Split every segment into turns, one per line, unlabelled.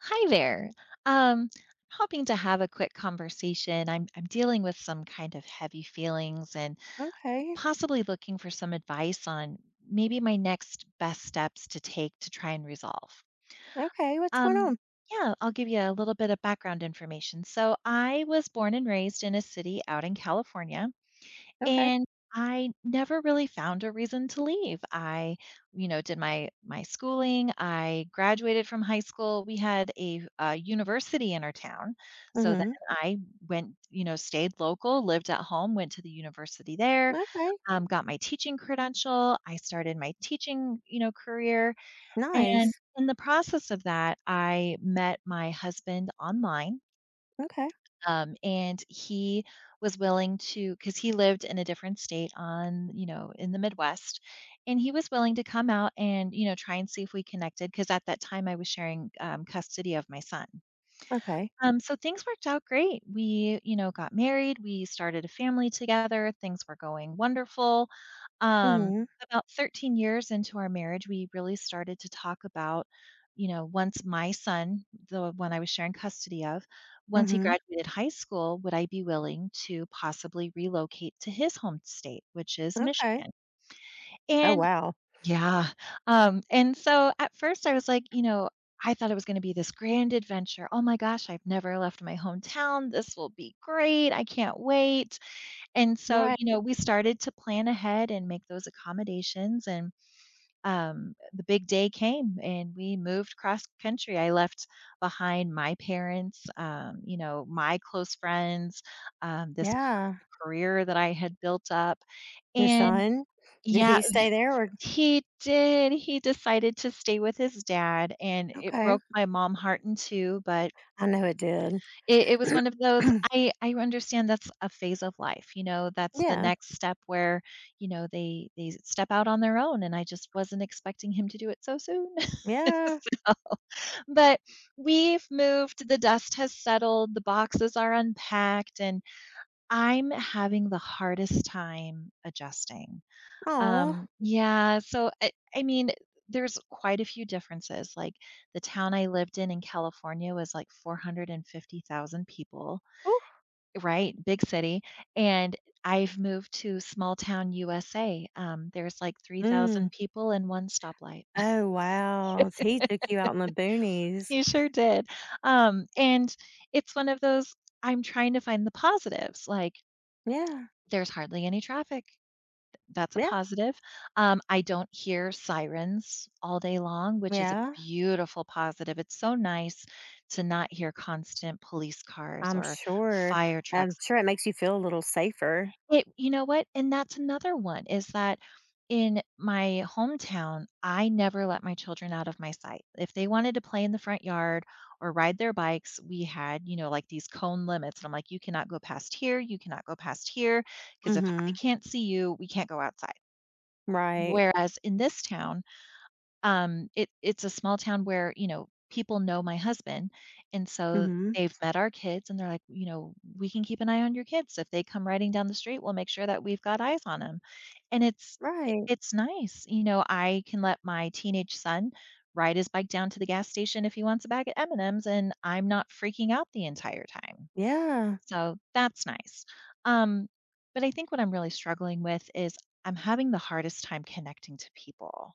Hi there. I'm hoping to have a quick conversation. I'm dealing with some kind of heavy feelings and
Okay.
possibly looking for some advice on maybe my next best steps to take to try and resolve.
Okay. What's going
Um,
on?
yeah, I'll give you a little bit of background information. So I was born and raised in a city out in California.
Okay.
And I never really found a reason to leave. I, you know, did my schooling. I graduated from high school. We had a, university in our town, so then
Mhm.
I went, you know, stayed local, lived at home, went to the university there,
Okay.
got my teaching credential. I started my teaching, you know, career, and
Nice.
in the process of that, I met my husband online,
Okay.
and he was willing to, because he lived in a different state on, you know, in the Midwest, and he was willing to come out and, you know, try and see if we connected, because at that time I was sharing, custody of my son.
Okay.
So things worked out great. We, you know, got married, we started a family together, things were going wonderful. Um,
Mhm.
about 13 years into our marriage, we really started to talk about, you know, once my son, the one I was sharing custody of, once he
Mhm.
graduated high school, would I be willing to possibly relocate to his home state, which is
Okay.
Michigan?
Oh
And
wow.
yeah. And so at first I was like, you know, I thought it was going to be this grand adventure. Oh my gosh, I've never left my hometown. This will be great. I can't wait. And so,
Right.
you know, we started to plan ahead and make those accommodations. And the big day came and we moved cross country. I left behind my parents, you know, my close friends, um, this c-
Yeah.
career that I had built up.
Your
And
son? Did
yeah,
he stay there or?
he did, he decided to stay with his dad, and it
Okay.
broke my mom heart in 2, but
I know it did.
it was one of those. I understand that's a phase of life, you know, that's the
Yeah.
next step where, you know, they step out on their own, and I just wasn't expecting him to do it so soon.
Yeah.
So, but we've moved, the dust has settled, the boxes are unpacked, and I'm having the hardest time adjusting.
Oh.
Yeah, so I mean, there's quite a few differences, like, the town I lived in California was, like, 450,000 people,
Ooh.
right? Big city, and I've moved to small town USA, there's, like,
Mm.
3,000 people in one stoplight.
Oh wow. He took you out in the boonies.
You sure did. And it's one of those. I'm trying to find the positives, like,
Yeah.
there's hardly any traffic. That's a
Yeah.
positive. I don't hear sirens all day long, which is a
Yeah.
beautiful positive. It's so nice to not hear constant police cars
I'm
or
sure.
fire
I'm
trucks.
sure it makes you feel a little safer.
It, you know what? And that's another one is that in my hometown, I never let my children out of my sight. If they wanted to play in the front yard or ride their bikes, we had, you know, like these cone limits. And I'm like, you cannot go past here, you cannot go past here, because if I
Mhm.
can't see you, we can't go outside.
Right.
Whereas in this town, it's a small town where, you know, people know my husband, and so
Mhm.
they've met our kids, and they're like, you know, "We can keep an eye on your kids. If they come riding down the street, we'll make sure that we've got eyes on them." And it's i
Right.
it's nice, you know, I can let my teenage son ride his bike down to the gas station if he wants a bag of M&Ms, and M's, and I'm not freaking out the entire time.
Yeah.
So that's nice. Um, but I think what I'm really struggling with is I'm having the hardest time connecting to people.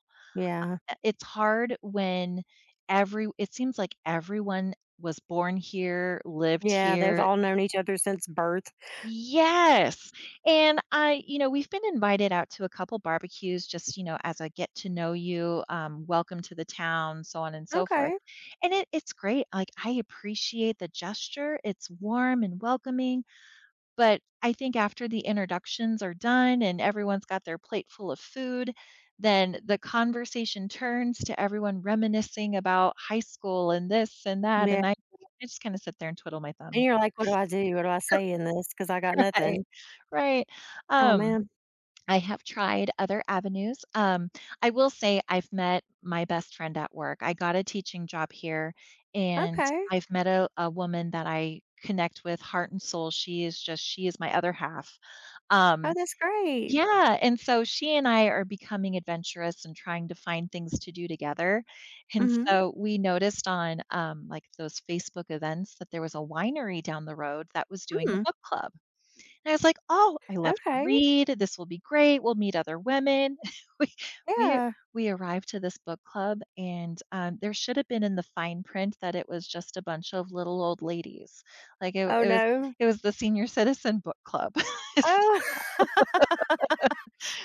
Uh,
Yeah.
It's hard when it seems like everyone was born here, lived
Yeah, they've
here.
all known each other since birth.
Yes. And I, you know, we've been invited out to a couple barbecues just, you know, as a get to know you, welcome to the town, so on and so forth.
Okay.
And it, it's great. Like, I appreciate the gesture. It's warm and welcoming, but I think after the introductions are done and everyone's got their plate full of food, then the conversation turns to everyone reminiscing about high school and this and that,
Yeah,
and I just kinda sit there and twiddle my
and
thumbs.
you're like, "What do I do? What do I say in this? Because I got
Right,
nothing."
right.
Oh,
Um,
man.
I have tried other avenues. I will say I've met my best friend at work. I got a teaching job here, and
Okay.
I've met a woman that I connect with heart and soul. She is just she is my other half.
Oh,
Um
that's great.
Yeah, and so she and I are becoming adventurous and trying to find things to do together, and
Mm.
so we noticed on, like, those Facebook events that there was a winery down the road that was doing a
Mhm.
book club, and I was like, "Oh, I
Mm.
love to
Okay.
read, this will be great, we'll meet other women." We we
Yeah.
we arrived to this book club, and, there should have been in the fine print that it was just a bunch of little old ladies, like, it
Oh,
it was,
no.
it was the senior citizen book club. It's
Oh.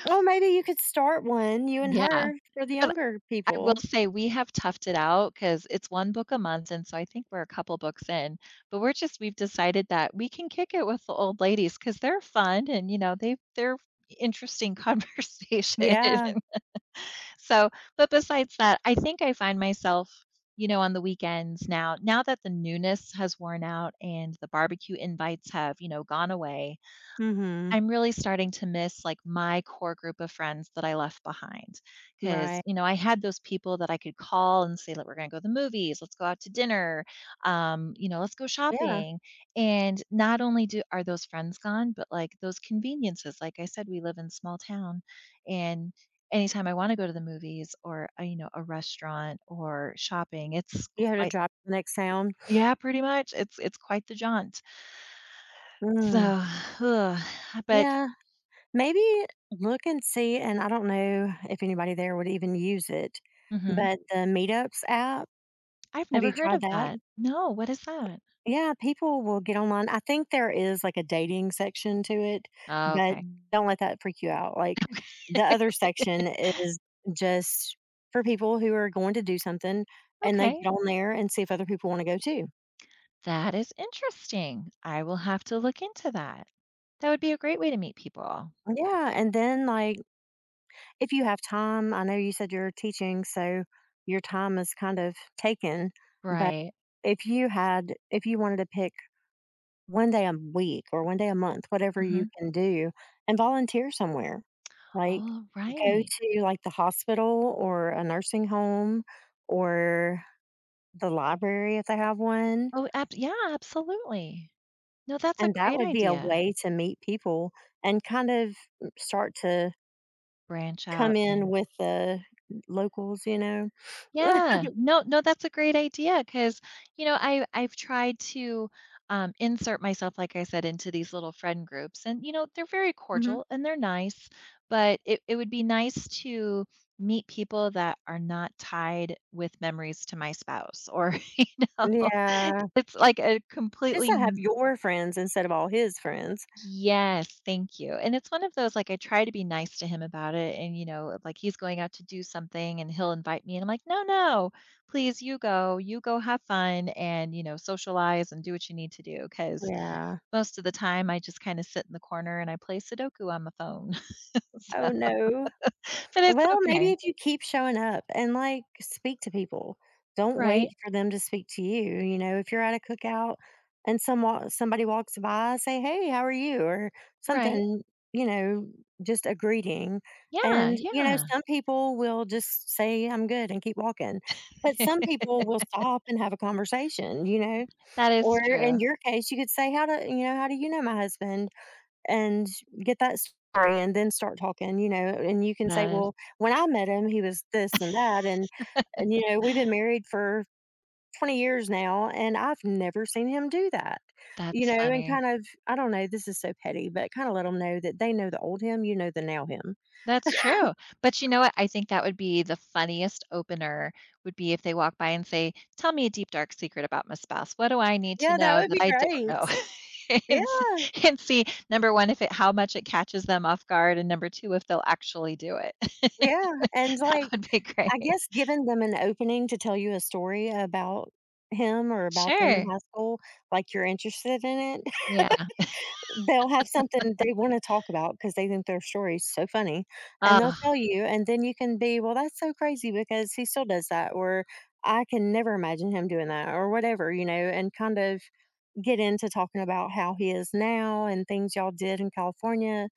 Well, maybe you could start one, you and
Yeah.
her, for the younger
I will
people.
say we have toughed it out because it's one book a month, and so I think we're a couple books in, but we've decided that we can kick it with the old ladies because 'cause they're fun and, you know, they're interesting conversation.
Yeah.
And so, but besides that, I think I find myself, you know, on the weekends now that the newness has worn out and the barbecue invites have, you know, gone away,
Mm. Mhm.
I'm really starting to miss, like, my core group of friends that I left behind, because
Right.
you know, I had those people that I could call and say, like, "We're gonna go to the movies, let's go out to dinner, you know, let's go
Yeah.
shopping," and not only do are those friends gone, but, like, those conveniences, like I said, we live in small town, and anytime I wanna go to the movies or, you know, a restaurant or shopping, it's
You had to
quite
drop the next sound.
yeah, pretty much, it's quite the jaunt.
Mm.
So, but
Yeah. Maybe look and see, and I don't know if anybody there would even use it,
mhm.
but the Meetups app,
I've
have you
never heard
tried
of
that?
that. No, what is that?
Yeah, people will get online. I think there is like a dating section to it,
Oh,
but
okay.
don't let that freak you out. Like the other section is just for people who are going to do something, and they
Okay,
get on there and see if other people want to go too.
that is interesting. I will have to look into that. That would be a great way to meet people.
Yeah. And then like, if you have time, I know you said you're teaching, so your time is kind of taken, but
Right.
if you had if you wanted to pick one day a week or one day a month, whatever you
Mhm.
can do, and volunteer somewhere. Like,
Oh,
go
right.
to, like, the hospital or a nursing home or the library if they have one,
Oh, ab yeah, absolutely. No, that's a
and that
great
would be a
idea.
way to meet people and kind of start to
Branch
come
out
in
and
with the locals, you know?
Yeah. No, no, that's a great idea. Because you know, I've tried to, insert myself, like I said, into these little friend groups, and, you know, they're very
Mhm.
cordial and they're nice, but it would be nice to meet people that are not tied with memories to my spouse or, you know,
Yeah,
it's like a
just
completely
to have your friends instead of all his friends.
yes, thank you. And it's one of those, like, I try to be nice to him about it and, you know, like, he's going out to do something and he'll invite me and I'm like, "No, no, please, you go. You go have fun and, you know, socialize and do what you need to do. Because
Yeah.
most of the time I just kinda sit in the corner and I play Sudoku on my phone." So,
Oh, no.
but it's
Well, maybe
okay.
if you keep showing up and, like, speak to people. Don't
Right,
wait for them to speak to you, you know, if you're at a cookout and somebody walks by, say, "Hey, how are you?" or
right.
something, you know, just a greeting,
Yeah,
and, you know,
yeah.
some people will just say, "I'm good," and keep walking, but some people will stop and have a conversation, you know,
That
or
is true.
in your case, you could say, "How do," you know, "How do you know my husband?" and get that story and then start talking, you know, and you can say,
That is
"Well, when I met him, he was this and that," and, you know, "We've been married for 20 years now, and I've never seen him do that." You
that's
know, and kind
funny.
of I don't know, this is so petty, but kinda let let them know that they know the old him, you know the now him.
That's true, but you know what? I think that would be the funniest opener, would be if they walk by and say, "Tell me a deep, dark secret about my spouse. What do I need to
Yeah, that
know
would be
that I don't
great.
know?"
Yeah,
And s and see, number one, if it how much it catches them off guard, and number two, if they'll actually do it.
yeah, and, like,
That would be
I
great.
guess giving them an opening to tell you a story about him or about them in
Sure.
high school, like you're interested in it.
Yeah.
They'll have something they wanna talk about because they think their story's so funny, and they'll
Ugh,
tell you, and then you can be, "Well, that's so crazy because he still does that," or, "I can never imagine him doing that," or whatever, you know, and kind of get into talking about how he is now and things y'all did in California,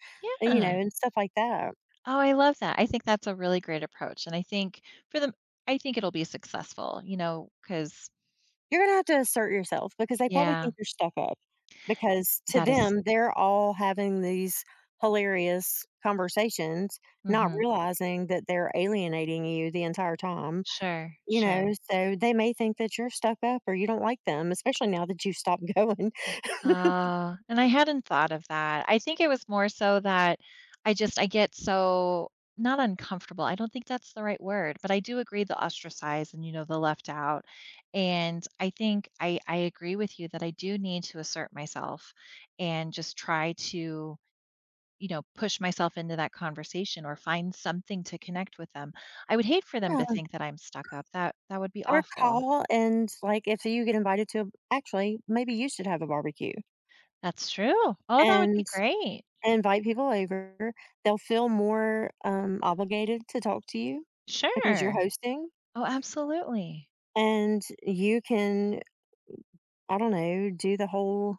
and, you know,
yeah.
and stuff like that.
Oh, I love that. I think that's a really great approach, and I think for them, I think it'll be successful, you know, because
You're gonna have to assert yourself because they probably
yeah,
think you're stuck up, because to
that is
them, they're all having these hilarious conversations, not
mhm.
realizing that they're alienating you the entire time,
Sure,
you know,
sure.
so they may think that you're stuck up or you don't like them, especially now that you've stopped going.
And I hadn't thought of that. I think it was more so that I get so not uncomfortable. I don't think that's the right word, but I do agree the ostracized and you know the left out. And I think I agree with you that I do need to assert myself and just try to you know push myself into that conversation or find something to connect with them. I would hate for them to
Yeah,
think that I'm stuck up. That that would be
or
awful.
call and, like, if you get invited to a actually, maybe you should have a barbecue
That's true. Oh, that would be
and
great.
invite people over. They'll feel more, obligated to talk to you because you're
Sure.
hosting.
Oh, absolutely.
And you can, I don't know, do the whole,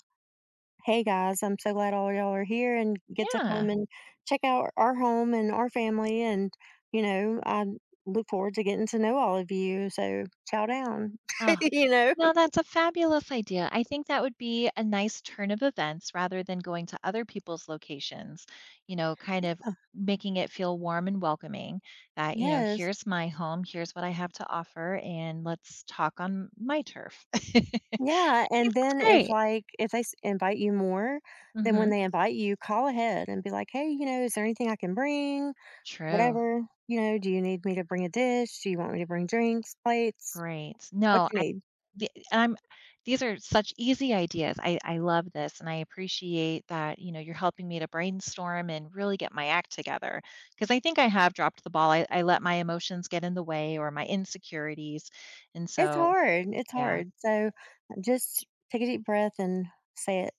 "Hey, guys, I'm so glad all y'all are here and get to come
Yeah.
and check out our home and our family, and, you know, I look forward to getting to know all of you, so chow down."
Oh,
You know?
no, that's a fabulous idea. I think that would be a nice turn of events rather than going to other people's locations, you know, kind of making it feel warm and welcoming, that, you know,
Yes.
here's my home, here's what I have to offer, and let's talk on my turf. I think
Yeah, and
that's
then if,
great.
like, if they s invite you more, then when
Hmm.
they invite you, call ahead and be like, "Hey, you know, is there anything I can bring?
True.
Whatever. You know, do you need me to bring a dish? Do you want me to bring drinks, plates?
Great.
What
No,
you need?"
the, and I'm these are such easy ideas. I love this and I appreciate that, you know, you're helping me to brainstorm and really get my act together. Cause I think I have dropped the ball. I let my emotions get in the way or my insecurities. And so
It's
yeah.
hard, so just take a deep breath and say it.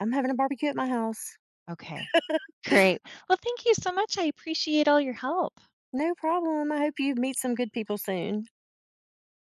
"I'm having a barbecue at my house."
Okay. Great. Well, thank you so much. I appreciate all your help.
"No problem, I hope you meet some good people soon."